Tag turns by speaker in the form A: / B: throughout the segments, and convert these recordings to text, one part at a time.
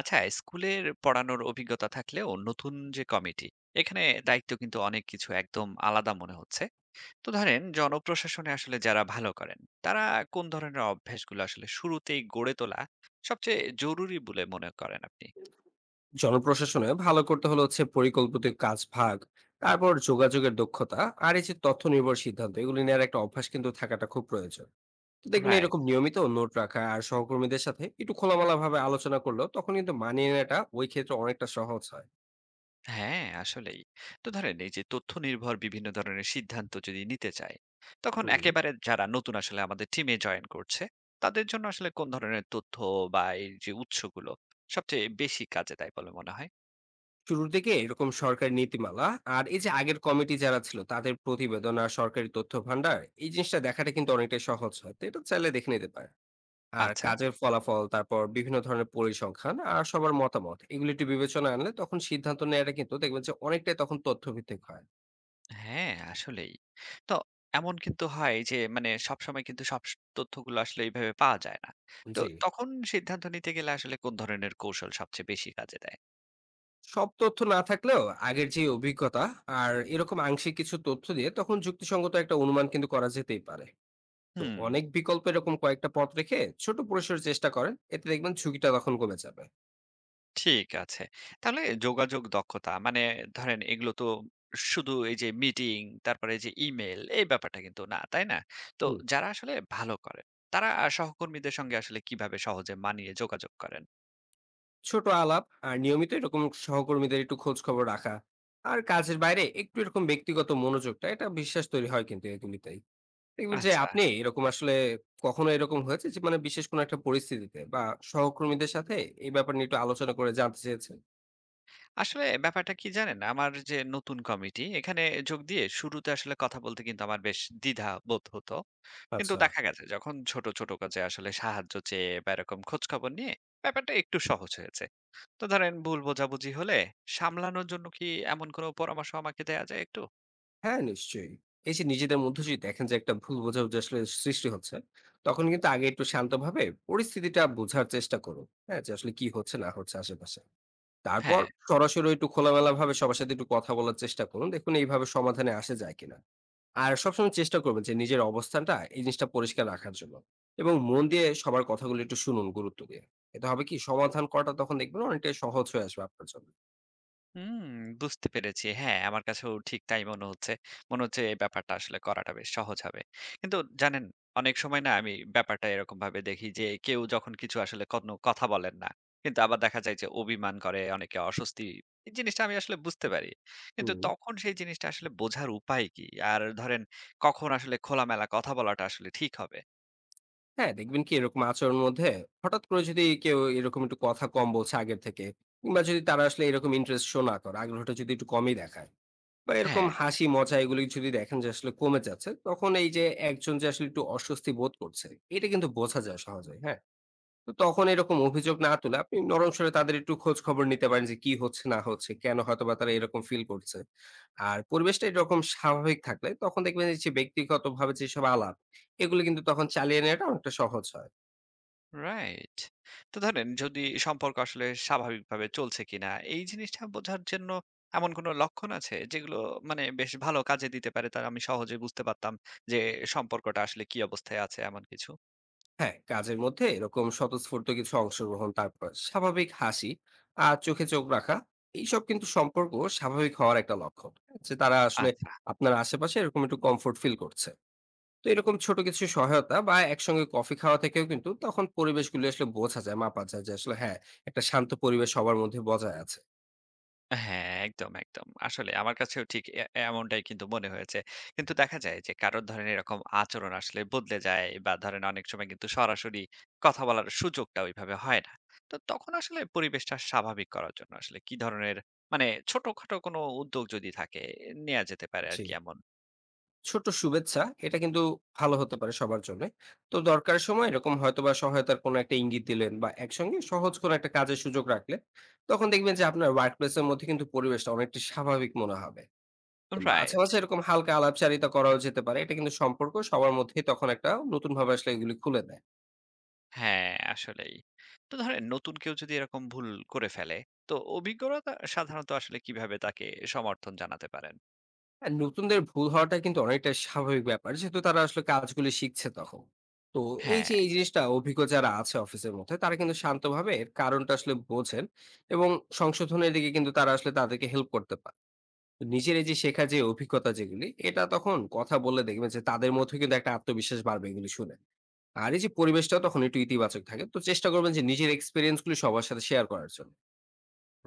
A: আচ্ছা, স্কুলের পড়ানোর অভিজ্ঞতা থাকলেও নতুন যে কমিটি, এখানে দায়িত্ব কিন্তু অনেক কিছু একদম আলাদা মনে হচ্ছে। তো ধরেন জনপ্রশাসনে আসলে যারা ভালো করেন, তারা কোন ধরনের অভ্যাসগুলো আসলে শুরুতেই গড়ে তোলা সবচেয়ে জরুরি বলে মনে করেন আপনি?
B: জনপ্রশাসনে ভালো করতে হলে হচ্ছে পরিকল্পিত কাজ ভাগ তারপর যোগাযোগের দক্ষতা আর এই যে তথ্য নির্ভর সিদ্ধান্ত এগুলি নেওয়ার একটা অভ্যাস কিন্তু থাকাটা খুব প্রয়োজন। তো দেখবেন
A: রাইট।
B: এরকম নিয়মিত নোট রাখা আর সহকর্মীদের সাথে একটু খোলামেলা ভাবে আলোচনা করলো তখন কিন্তু মানিয়ে নেওয়াটা ওই ক্ষেত্রে অনেকটা সহজ হয়।
A: হ্যাঁ, আসলেই। তো ধরেন এই যে তথ্য নির্ভর বিভিন্ন ধরনের সিদ্ধান্ত যদি নিতে চায়, তখন
B: হুম।
A: একেবারে যারা নতুন আসলে আমাদের টিমে জয়েন করছে, তাদের জন্য আসলে কোন ধরনের তথ্য বা এই যে উৎসগুলো সবচেয়ে বেশি কাজে দেয় বলে মনে হয়?
B: শুরুর দিকে এরকম সরকারি নীতিমালা আর এই যে আগের কমিটি যারা ছিল তাদের প্রতিবেদন আর সরকারি তথ্য ভান্ডার এই জিনিসটা দেখাটা কিন্তু অনেকটাই সহজ হয়, তো এটা চাইলে দেখে নিতে পারে। আর
A: আচ্ছা।
B: কাজের ফলাফল, তারপর বিভিন্ন ধরনের পরিসংখ্যান আর সবার মতামত এগুলি একটু বিবেচনায় আনলে তখন সিদ্ধান্ত নেওয়াটা কিন্তু দেখবেন যে অনেকটাই তখন তথ্যভিত্তিক হয়।
A: হ্যাঁ, আসলেই। তো এমন কিন্তু হয় যে মানে সবসময় কিন্তু সব তথ্যগুলো আসলে এইভাবে পাওয়া যায় না। তো
B: জি।
A: তখন সিদ্ধান্ত নিতে গেলে আসলে কোন ধরনের কৌশল সবচেয়ে বেশি কাজে দেয়?
B: সব তথ্য না থাকলেও আগের যে অভিজ্ঞতা আর এরকম আংশিক কিছু তথ্য দিয়ে তখন যুক্তিসঙ্গত একটা অনুমান কিন্তু করা যেতেই পারে। তো
A: হুম,
B: অনেক বিকল্প এরকম কয়েকটা পথ রেখে ছোট পরিসরে চেষ্টা করেন, এতে দেখবেন ঝুঁকিটা তখন কমে যাবে।
A: ঠিক আছে। তাহলে যোগাযোগ দক্ষতা মানে ধরেন এগুলো তো শুধু এই যে মিটিং তারপরে এই যে ইমেইল এই ব্যাপারটা কিন্তু না, তাই না? তো
B: হুম।
A: যারা আসলে ভালো করে তারা সহকর্মীদের সঙ্গে আসলে কিভাবে সহজে মানিয়ে যোগাযোগ করেন?
B: ছোট আলাপ আর নিয়মিত এরকম সহকর্মীদের একটু খোঁজ খবর রাখা আর কাজের বাইরে একটু এরকম ব্যক্তিগত মনোযোগটা, এটা বিশ্বাস তৈরি হয় কিন্তু এগুলিতেই। দেখবেন যে
A: আচ্ছা।
B: আপনি এরকম আসলে কখনো এরকম হয়েছে যে মানে বিশেষ কোনো একটা পরিস্থিতিতে বা সহকর্মীদের সাথে এই ব্যাপার নিয়ে একটু আলোচনা করে জানতে চেয়েছেন।
A: আসলে ব্যাপারটা কি জানেন? আমার যে নতুন কমিটি, এখানে যোগ দিয়ে শুরুতে আসলে কথা বলতে কিন্তু আমার বেশ দ্বিধা বোধ হতো। কিন্তু
B: আচ্ছা।
A: দেখা গেছে যখন ছোট, ছোট কাজে আসলে সাহায্য চেয়ে বা এরকম খোঁজখবর নিয়ে ব্যাপারটা একটু সহজ হয়েছে। তো ধরেন ভুল বোঝাবুঝি হলে সামলানোর জন্য কি এমন কোনো পরামর্শ আমাকে দেয়া যায় একটু?
B: হ্যাঁ, নিশ্চয়ই। এই যে নিজেদের মধ্যে যদি দেখেন যে একটা ভুল বোঝাবুঝি আসলে সৃষ্টি হচ্ছে, তখন কিন্তু আগে একটু শান্তভাবে পরিস্থিতিটা বোঝার চেষ্টা করুন, হ্যাঁ, যে আসলে কি হচ্ছে না হচ্ছে আশেপাশে। তারপর
A: হ্যাঁ।
B: সরাসরি একটু খোলামেলা ভাবে সবার সাথে একটু কথা বলার চেষ্টা করুন। দেখুন এইভাবে সমাধানে আসা যায় কিনা। আর সবসময় চেষ্টা করবেন যে নিজের অবস্থানটা এই জিনিসটা পরিষ্কার রাখার জন্য। এবং মন দিয়ে সবার কথাগুলো একটু শুনুন গুরুত্ব দিয়ে। এটা হবে কি সমাধান করাটা তখন দেখবেন অনেকটাই সহজ হয়ে আসবে আপনার জন্য।
A: হুম, বুঝতে পেরেছি। হ্যাঁ, আমার কাছেও ঠিক তাই মনে হচ্ছে। মনে হচ্ছে এই ব্যাপারটা আসলে করাটা বেশ সহজ হবে। কিন্তু জানেন, অনেক সময় না আমি ব্যাপারটা এরকমভাবে দেখি যে কেউ যখন কিছু আসলে কোনো কথা বলেন না। কিন্তু আবার দেখা যায় যে অভিমান করে, অনেকে অস্বস্তি। এই জিনিসটা আমি আসলে বুঝতে পারি। কিন্তু
B: হুম।
A: তখন সেই জিনিসটা আসলে বোঝার উপায় কি? আর ধরেন কখন আসলে খোলামেলা কথা বলাটা আসলে ঠিক হবে?
B: হ্যাঁ, দেখবেন কি এরকম আচরণের মধ্যে হঠাৎ করে যদি কেউ এরকম একটু কথা কম বলছে আগের থেকে, কিংবা যদি তারা আসলে এরকম ইন্টারেস্ট শো না করে, আগ্রহটা যদি একটু কমই দেখায়, বা এরকম
A: হ্যাঁ।
B: হাসি মজা এগুলি যদি দেখেন যে আসলে কমে যাচ্ছে, তখন এই যে একজন যে আসলে একটু অস্বস্তি বোধ করছে এটা কিন্তু বোঝা যায় সহজে, হ্যাঁ। তো তখন এরকম অভিযোগ না তুলে আপনি নরম স্বরে তাদের একটু খোঁজ খবর নিতে পারেন যে কি হচ্ছে না হচ্ছে, কেন হয়তো বা তারা এরকম ফিল করছে। আর পরিবেশটা এরকম স্বাভাবিক থাকলে তখন দেখবেন যে ব্যক্তিগত ভাবে যেসব আলাপ এগুলো কিন্তু তখন চালিয়ে নেওয়াটা অনেকটা সহজ হয়।
A: রাইট। তো ধরেন যদি সম্পর্ক আসলে স্বাভাবিকভাবে চলছে কিনা এই জিনিসটা বোঝার জন্য এমন কোনো লক্ষণ আছে যেগুলো মানে বেশ ভালো কাজে দিতে পারে তার আমি সহজে বুঝতে পারতাম যে সম্পর্কটা আসলে কি অবস্থায় আছে এমন কিছু?
B: হ্যাঁ, কাজের মধ্যে এরকম স্বতঃস্ফূর্ত কিছু অংশগ্রহণ, তারপর স্বাভাবিক হাসি আর চোখে চোখ রাখা, এইসব কিন্তু সম্পর্ক স্বাভাবিক হওয়ার একটা লক্ষণ যে তারা আসলে
A: আচ্ছা।
B: আপনার আশেপাশে এরকম একটু কমফোর্ট ফিল করছে। তো এরকম ছোট কিছু সহায়তা বা একসঙ্গে কফি খাওয়া থেকেও কিন্তু তখন পরিবেশগুলো আসলে বোঝা যায়, মাপা যায় যে আসলে হ্যাঁ, একটা শান্ত পরিবেশ সবার মধ্যে বজায় আছে।
A: হ্যাঁ, একদম, একদম। আসলে আমার কাছেও ঠিক এমনটাই কিন্তু মনে হয়েছে। কিন্তু দেখা যায় যে কারোর ধরেন এরকম আচরণ আসলে বদলে যায় বা ধরেন অনেক সময় কিন্তু সরাসরি কথা বলার সুযোগটা ওইভাবে হয় না। তো তখন আসলে পরিবেশটা স্বাভাবিক করার জন্য আসলে কি ধরনের মানে ছোটখাটো কোনো উদ্যোগ যদি থাকে নেয়া যেতে পারে
B: জি।
A: আরকি এমন?
B: ছোট শুভেচ্ছা এটা কিন্তু ভালো হতে পারে সবার জন্য। তো দরকারের সময় এরকম হয়তোবা সহায়তার কোনো একটা ইঙ্গিত দিলেন বা একসঙ্গে সহজ কোনো একটা কাজের সুযোগ রাখলে, তখন দেখবেন যে আপনার ওয়ার্ক প্লেসের মধ্যে কিন্তু পরিবেশটা অনেকটা স্বাভাবিক মনে হবে। তো মাঝে
A: রাইট।
B: মাঝে এরকম হালকা আলাপচারিতা করাও যেতে পারে, এটা কিন্তু সম্পর্ক সবার মধ্যেই তখন একটা নতুন ভাবে আসলে এগুলি খুলে দেয়।
A: হ্যাঁ, আসলেই। তো ধরেন নতুন কেউ যদি এরকম ভুল করে ফেলে, তো অভিজ্ঞরা সাধারণত আসলে কিভাবে তাকে সমর্থন জানাতে পারেন?
B: হ্যাঁ, নতুনদের ভুল হওয়াটা কিন্তু অনেকটা স্বাভাবিক ব্যাপার। যেহেতু তারা আসলে কাজগুলি শিখছে তখন। তো এই যে
A: হ্যাঁ।
B: এই জিনিসটা অভিজ্ঞ যারা আছে অফিসের মধ্যে তারা কিন্তু শান্তভাবে এর কারণটা আসলে বোঝেন এবং সংশোধনের দিকে কিন্তু তারা আসলে তাদেরকে হেল্প করতে পারে। তো নিজের এই যে শেখা যে অভিজ্ঞতা যেগুলি, এটা তখন কথা বললে দেখবেন যে তাদের মধ্যে কিন্তু একটা আত্মবিশ্বাস বাড়বে এগুলি শুনে। আর এই যে পরিবেশটাও তখন একটু ইতিবাচক থাকে। তো চেষ্টা করবেন যে নিজের এক্সপেরিয়েন্স গুলি সবার সাথে শেয়ার করার জন্য।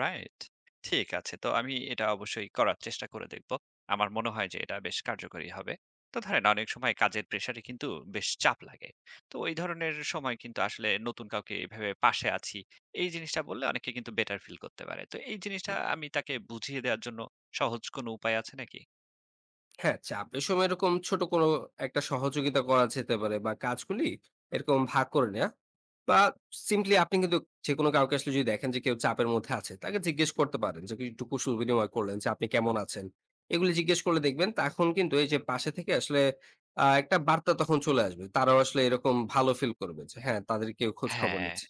A: রাইট। ঠিক আছে। তো আমি এটা অবশ্যই করার চেষ্টা করে দেখব। আমার মনে হয় যে এটা বেশ কার্যকরী হবে। তো ধরেন অনেক সময় কাজের প্রেশারে কিন্তু বেশ চাপ লাগে। তো ওই ধরনের সময় কিন্তু আসলে নতুন কাউকে এভাবে পাশে আছি, এই জিনিসটা বললে অনেকে কিন্তু বেটার ফিল করতে পারে। তো এই জিনিসটা হুম। আমি তাকে বুঝিয়ে দেওয়ার জন্য সহজ কোনো উপায় আছে নাকি?
B: হ্যাঁ, চাপের সময় এরকম ছোট কোনো একটা সহযোগিতা করা যেতে পারে, বা কাজগুলি এরকম ভাগ করে নেয়া, বা সিম্পলি আপনি কিন্তু যেকোনো কাউকে আসলে যদি দেখেন যে কেউ চাপের মধ্যে আছে, তাকে জিজ্ঞেস করতে পারেন, যে একটু কুশল বিনিময় করলেন যে, "আপনি কেমন আছেন?" এগুলি জিজ্ঞেস করলে দেখবেন তখন কিন্তু এই যে পাশে থেকে আসলে একটা বার্তা তখন চলে আসবে। তারাও আসলে এরকম ভালো ফিল করবে যে হ্যাঁ, তাদের কেউ খোঁজ খবর
A: হ্যাঁ,
B: নিচ্ছে।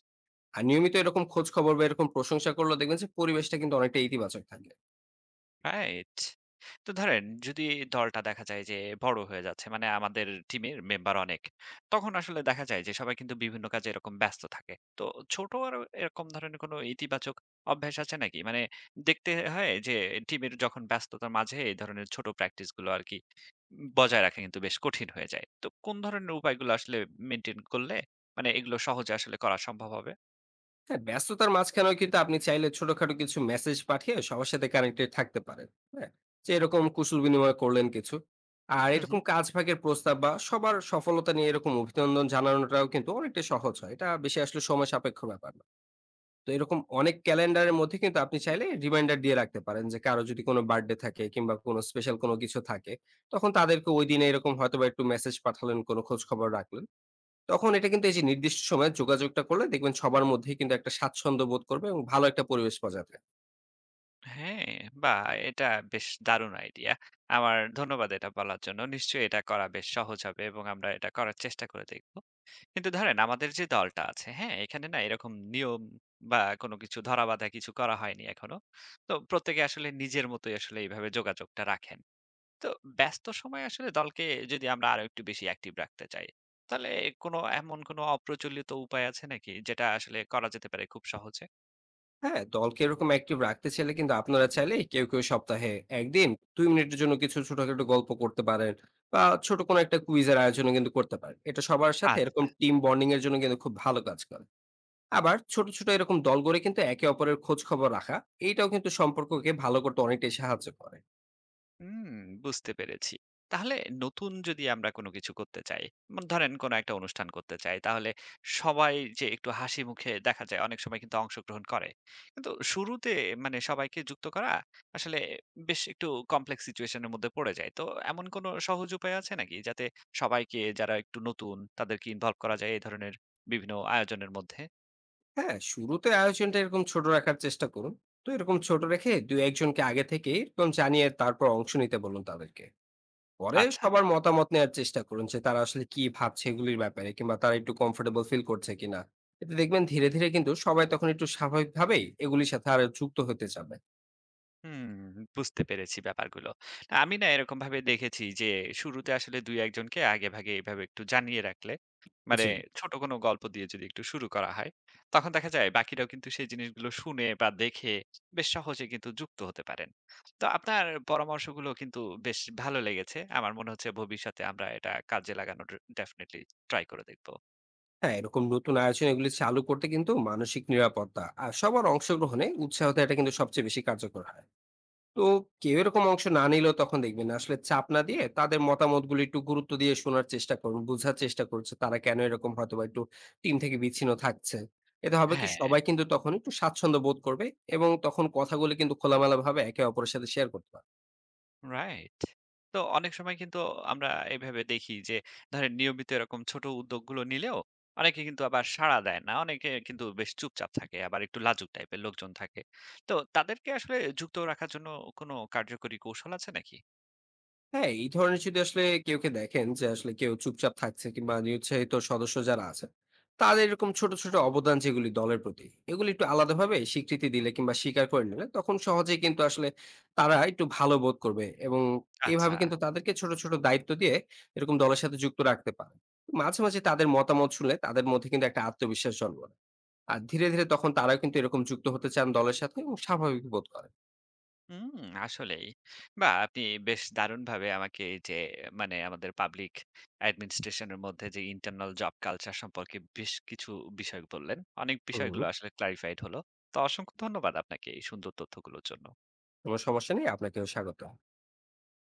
B: আর নিয়মিত এরকম খোঁজ খবর বা এরকম প্রশংসা করলে দেখবেন যে পরিবেশটা কিন্তু অনেকটা ইতিবাচক থাকে।
A: রাইট। তো ধরেন যদি দলটা দেখা যায় যে বড় হয়ে যাচ্ছে মানে আমাদের টিমের মেম্বার অনেক তখন আসলে দেখা যায় যে সবাই কিন্তু বিভিন্ন কাজে এরকম ব্যস্ত থাকে তো ছোট আর এরকম ধরনের কোনো ইতিবাচক অভ্যাস আছে নাকি মানে দেখতে হয় যে টিমের যখন ব্যস্ততার মাঝে এই ধরনের ছোট প্র্যাকটিস গুলো আর কি বজায় রাখা কিন্তু বেশ কঠিন হয়ে যায় তো কোন ধরনের উপায়গুলো আসলে মেনটেন করলে মানে এগুলো সহজে আসলে করা সম্ভব হবে।
B: হ্যাঁ, ব্যস্ততার মাঝখানেও কিন্তু আপনি চাইলে ছোটখাটো কিছু মেসেজ পাঠিয়ে সবার সাথে কানেক্টেড থাকতে পারেন। হ্যাঁ, যে এরকম কুশল বিনিময় করলেন কিছু। আর এরকম কাজ ভাগের প্রস্তাব বা সবার সফলতা নিয়ে এরকম অভিনন্দন জানানোটাও কিন্তু অনেকটা সহজ হয়, এটা বেশি আসলে সময় সাপেক্ষ ব্যাপার না। তো এরকম অনেক ক্যালেন্ডারের মধ্যে কিন্তু আপনি চাইলে রিমাইন্ডার দিয়ে রাখতে পারেন যে কারো যদি কোনো বার্থডে থাকে কিংবা কোনো স্পেশাল কোনো কিছু থাকে, তখন তাদেরকে ওই দিনে এরকম হয়তো বা একটু মেসেজ পাঠালেন, কোনো খোঁজ খবর রাখলেন, তখন এটা কিন্তু এই যে নির্দিষ্ট সময়ে যোগাযোগটা করলে দেখবেন সবার মধ্যেই কিন্তু একটা স্বাচ্ছন্দ্য বোধ করবে এবং ভালো একটা পরিবেশ পাওয়া যাবে।
A: হ্যাঁ, বাহ! এটা বেশ দারুণ আইডিয়া। আমার ধন্যবাদ এটা বলার জন্য। নিশ্চয়ই এটা করা বেশ সহজ হবে এবং আমরা এটা করার চেষ্টা করে দেখব। কিন্তু ধরেন আমাদের যে দলটা আছে, হ্যাঁ? এখানে না এরকম নিয়ম বা কোনো কিছু ধরাবাঁধা কিছু করা হয়নি এখনো। তো প্রত্যেকে আসলে নিজের মতোই আসলে এইভাবে যোগাযোগটা রাখেন। তো ব্যস্ত সময়ে আসলে দলকে যদি আমরা আরো একটু বেশি অ্যাক্টিভ রাখতে চাই, তাহলে কোনো এমন কোনো অপ্রচলিত উপায় আছে নাকি যেটা আসলে করা যেতে পারে খুব সহজে?
B: হ্যাঁ, দলকে এরকম অ্যাক্টিভ রাখতে চাইলে কিন্তু আপনারা চাইলে কেউ, কেউ সপ্তাহে ১ দিন ২ মিনিটের জন্য কিছু ছোটখাটো গল্প করতে পারেন, বা ছোট কোনো একটা কুইজের আয়োজনও কিন্তু করতে পারেন। এটা সবার সাথে
A: আচ্ছা।
B: এরকম টিম বন্ডিং এর জন্য কিন্তু খুব ভালো কাজ করে। আবার ছোট, ছোট এরকম দল গড়ে কিন্তু একে অপরের খোঁজ খবর রাখা, এইটাও কিন্তু সম্পর্ককে ভালো করতে অনেকটাই সাহায্য করে।
A: হুম, বুঝতে পেরেছি। তাহলে নতুন যদি আমরা কোনো কিছু করতে চাই, ধরেন কোনো একটা অনুষ্ঠান করতে চাই, তাহলে সবাই যে একটু হাসি মুখে দেখা যায় অনেক সময় কিন্তু অংশগ্রহণ করে। কিন্তু শুরুতে মানে সবাইকে যুক্ত করা আসলে বেশ একটু কমপ্লেক্স সিচুয়েশন এর মধ্যে পড়ে যায়। তো এমন কোনো সহজ উপায় আছে নাকি? যাতে সবাইকে যারা একটু নতুন তাদেরকে ইনভলভ করা যায় এই ধরনের বিভিন্ন আয়োজনের মধ্যে?
B: হ্যাঁ, শুরুতে আয়োজনটা এরকম ছোট রাখার চেষ্টা করুন। তো এরকম ছোট রেখে ২-১ জনকে আগে থেকে এরকম জানিয়ে তারপর অংশ নিতে বলুন তাদেরকে। পরে
A: আচ্ছা।
B: সবার মতামত নেওয়ার চেষ্টা করুন যে তারা আসলে কি ভাবছে এগুলির ব্যাপারে, কিংবা তারা একটু কমফোর্টেবল ফিল করছে কিনা। এতে দেখবেন ধীরে, ধীরে কিন্তু সবাই তখন একটু স্বাভাবিকভাবেই এগুলির সাথে আরো যুক্ত হতে যাবে।
A: হুম, বুঝতে পেরেছি ব্যাপারগুলো। আমি না এরকমভাবে দেখেছি যে শুরুতে আসলে ২-১ জনকে আগেভাগে এভাবে একটু জানিয়ে রাখলে, মানে
B: জি।
A: ছোট কোনো গল্প দিয়ে যদি একটু শুরু করা হয়, তখন দেখা যায় বাকিরাও কিন্তু সেই জিনিসগুলো শুনে বা দেখে বেশ সহজে কিন্তু যুক্ত হতে পারেন। তো আপনার পরামর্শগুলো কিন্তু বেশ ভালো লেগেছে। আমার মনে হচ্ছে ভবিষ্যতে আমরা এটা কাজে লাগানোর ডেফিনিটলি ট্রাই করে দেখব।
B: হ্যাঁ, এরকম নতুন আয়োজন এগুলি চালু করতে কিন্তু মানসিক নিরাপত্তা আর সবার অংশগ্রহণে উৎসাহ দেওয়াটা কিন্তু সবচেয়ে বেশি কার্যকর হয়। তো কেউ এরকম অংশ না নিলেও তখন দেখবেন আসলে চাপ না দিয়ে তাদের মতামতগুলো একটু গুরুত্ব দিয়ে শোনার চেষ্টা করুন, বোঝার চেষ্টা করছে তারা কেন এরকম হয়তো বা একটু টিম থেকে বিচ্ছিন্ন থাকছে। এতে হবে কি
A: হ্যাঁ।
B: সবাই কিন্তু তখন একটু স্বাচ্ছন্দ্য বোধ করবে এবং তখন কথাগুলো কিন্তু খোলামেলা ভাবে একে অপরের সাথে শেয়ার করতে পারবে।
A: রাইট। তো অনেক সময় কিন্তু আমরা এভাবে দেখি যে ধরেন নিয়মিত এরকম ছোট উদ্যোগগুলো নিলেও অনেকে কিন্তু আবার সাড়া দেয় না। অনেকে কিন্তু বেশ চুপচাপ থাকে, আবার একটু লাজুক টাইপের লোকজন থাকে। তো তাদেরকে আসলে যুক্ত রাখার জন্য কোনো কার্যকরী কৌশল আছে নাকি?
B: হ্যাঁ, এই ধরনের যদি আসলে কেউকে দেখেন যে আসলে কেউ চুপচাপ থাকছে কিংবা নিরুৎসাহিত সদস্য যারা আছে, তাদের এরকম ছোট ছোট অবদান যেগুলি দলের প্রতি, এগুলি একটু আলাদাভাবে স্বীকৃতি দিলে কিংবা স্বীকার করে নিলে তখন সহজেই কিন্তু আসলে তারা একটু ভালো বোধ করবে। এবং
A: আচ্ছা।
B: এইভাবে কিন্তু তাদেরকে ছোট ছোট দায়িত্ব দিয়ে এরকম দলের সাথে যুক্ত রাখতে পারে। মাঝে মাঝে তাদের মতামত শুনলে তাদের মধ্যে কিন্তু একটা আত্মবিশ্বাস জন্ম নেয়। আর ধীরে ধীরে তখন তারাও কিন্তু এরকম যুক্ত হতে চান দলের সাথে এবং স্বাভাবিক বোধ করে।
A: হুম, আসলেই। বাহ! আপনি বেশ দারুণভাবে আমাকে এই যে মানে আমাদের পাবলিক অ্যাডমিনিস্ট্রেশনের মধ্যে যে ইন্টারনাল জব কালচার সম্পর্কে বেশ কিছু বিষয় বললেন। অনেক
B: হম।
A: বিষয়গুলো আসলে ক্লারিফাইড হলো। তো অসংখ্য ধন্যবাদ আপনাকে এই সুন্দর তথ্যগুলোর জন্য।
B: কোনো সমস্যা নেই, আপনাকেও স্বাগত।